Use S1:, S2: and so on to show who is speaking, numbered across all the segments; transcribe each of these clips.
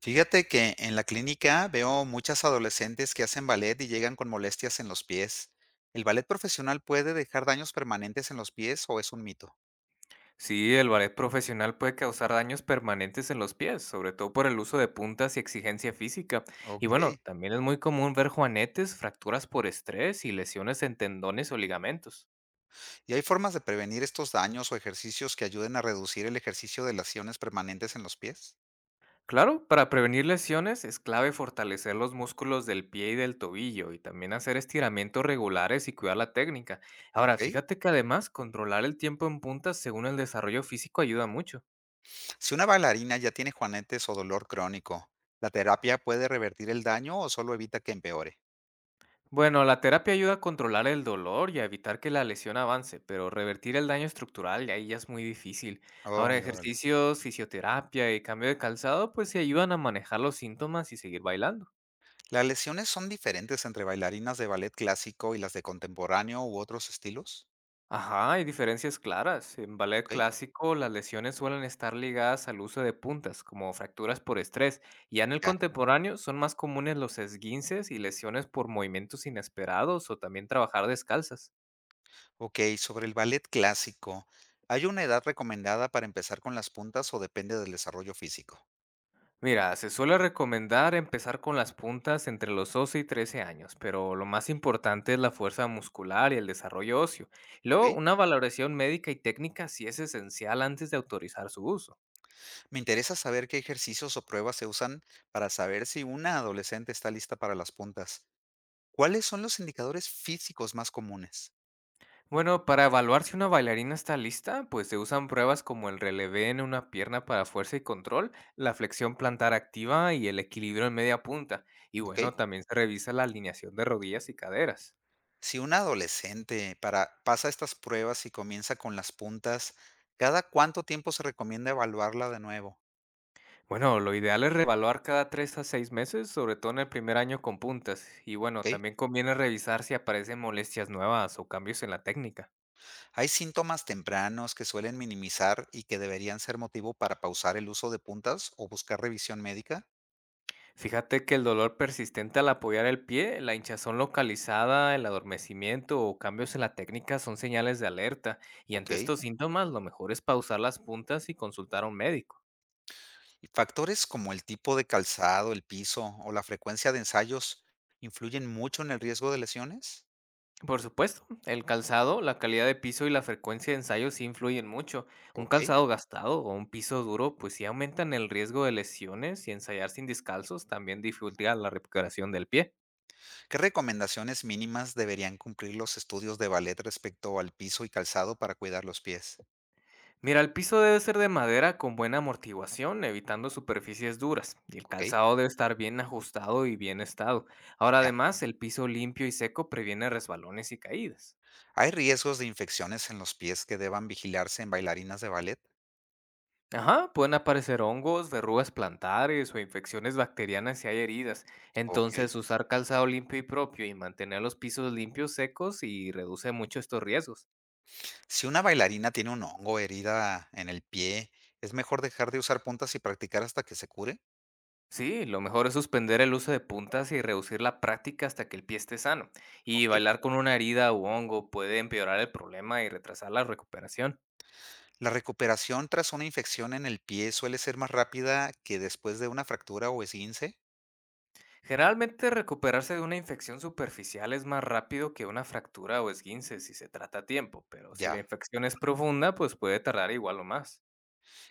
S1: Fíjate que en la clínica veo muchas adolescentes que hacen ballet y llegan con molestias en los pies. ¿El ballet profesional puede dejar daños permanentes en los pies o es un mito?
S2: Sí, el ballet profesional puede causar daños permanentes en los pies, sobre todo por el uso de puntas y exigencia física. Y
S1: Ok.
S2: bueno, también es muy común ver juanetes, fracturas por estrés y lesiones en tendones o ligamentos.
S1: ¿Y hay formas de prevenir estos daños o ejercicios que ayuden a reducir el ejercicio de lesiones permanentes en los pies?
S2: Claro, para prevenir lesiones es clave fortalecer los músculos del pie y del tobillo y también hacer estiramientos regulares y cuidar la técnica. Ahora,
S1: Ok.
S2: fíjate que además controlar el tiempo en puntas según el desarrollo físico ayuda mucho.
S1: Si una bailarina ya tiene juanetes o dolor crónico, ¿la terapia puede revertir el daño o solo evita que empeore?
S2: Bueno, la terapia ayuda a controlar el dolor y a evitar que la lesión avance, pero revertir el daño estructural y ahí ya es muy difícil.
S1: Oh,
S2: Ahora,
S1: y órale.
S2: ejercicios, fisioterapia y cambio de calzado, pues se ayudan a manejar los síntomas y seguir bailando.
S1: ¿Las lesiones son diferentes entre bailarinas de ballet clásico y las de contemporáneo u otros estilos?
S2: Ajá, hay diferencias claras. En ballet
S1: ¿Ok?
S2: clásico, las lesiones suelen estar ligadas al uso de puntas, como fracturas por estrés, y ya en el
S1: Ya,
S2: contemporáneo son más comunes los esguinces y lesiones por movimientos inesperados o también trabajar descalzas.
S1: ok, sobre el ballet clásico, ¿hay una edad recomendada para empezar con las puntas o depende del desarrollo físico?
S2: Mira, se suele recomendar empezar con las puntas entre los 12 y 13 años, pero lo más importante es la fuerza muscular y el desarrollo óseo. Luego,
S1: Ok,
S2: una valoración médica y técnica sí es esencial antes de autorizar su uso.
S1: me interesa saber qué ejercicios o pruebas se usan para saber si una adolescente está lista para las puntas. ¿Cuáles son los indicadores físicos más comunes?
S2: Bueno, para evaluar si una bailarina está lista, pues se usan pruebas como el relevé en una pierna para fuerza y control, la flexión plantar activa y el equilibrio en media punta. Y
S1: Ok,
S2: bueno, también se revisa la alineación de rodillas y caderas.
S1: si una adolescente pasa estas pruebas y comienza con las puntas, ¿cada cuánto tiempo se recomienda evaluarla de nuevo?
S2: Bueno, lo ideal es revaluar cada 3 a 6 meses, sobre todo en el primer año con puntas. Y bueno,
S1: Ok,
S2: también conviene revisar si aparecen molestias nuevas o cambios en la técnica.
S1: hay síntomas tempranos que suelen minimizar y que deberían ser motivo para pausar el uso de puntas o buscar revisión médica.
S2: Fíjate que el dolor persistente al apoyar el pie, la hinchazón localizada, el adormecimiento o cambios en la técnica son señales de alerta. Y
S1: Ok.
S2: ante estos síntomas, lo mejor es pausar las puntas y consultar a un médico.
S1: Y factores como el tipo de calzado, el piso o la frecuencia de ensayos influyen mucho en el riesgo de lesiones.
S2: Por supuesto, el calzado, la calidad de piso y la frecuencia de ensayo sí influyen mucho. Un
S1: Ok.
S2: calzado gastado o un piso duro pues sí aumentan el riesgo de lesiones y ensayar sin descalzos también dificulta la recuperación del pie.
S1: ¿Qué recomendaciones mínimas deberían cumplir los estudios de ballet respecto al piso y calzado para cuidar los pies?
S2: Mira, el piso debe ser de madera con buena amortiguación, evitando superficies duras, y el
S1: Ok.
S2: calzado debe estar bien ajustado y bien estado. Ahora
S1: Ya.
S2: además, el piso limpio y seco previene resbalones y caídas.
S1: ¿Hay riesgos de infecciones en los pies que deban vigilarse en bailarinas de ballet?
S2: Ajá, pueden aparecer hongos, verrugas plantares o infecciones bacterianas si hay heridas.
S1: Ok.
S2: Entonces, usar calzado limpio y propio y mantener los pisos limpios, secos y reduce mucho estos riesgos.
S1: Si una bailarina tiene un hongo, o herida en el pie, es mejor dejar de usar puntas y practicar hasta que se cure.
S2: Sí, lo mejor es suspender el uso de puntas y reducir la práctica hasta que el pie esté sano. Y
S1: ¿Ok?
S2: bailar con una herida u hongo puede empeorar el problema y retrasar la recuperación.
S1: La recuperación tras una infección en el pie suele ser más rápida que después de una fractura o esguince.
S2: Generalmente, recuperarse de una infección superficial es más rápido que una fractura o esguince si se trata a tiempo, pero si la
S1: Ya.
S2: infección es profunda, pues puede tardar igual o más.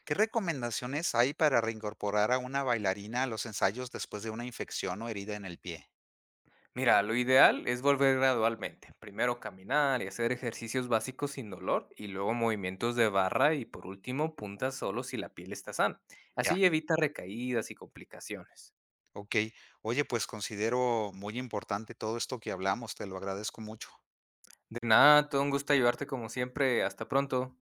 S1: ¿Qué recomendaciones hay para reincorporar a una bailarina a los ensayos después de una infección o herida en el pie?
S2: Mira, lo ideal es volver gradualmente. Primero caminar y hacer ejercicios básicos sin dolor y luego movimientos de barra y por último puntas solo si la piel está sana.
S1: Ya.
S2: Así evita recaídas y complicaciones.
S1: Ok. Oye, pues considero muy importante todo esto que hablamos. Te lo agradezco mucho.
S2: De nada, todo un gusto ayudarte como siempre. Hasta pronto.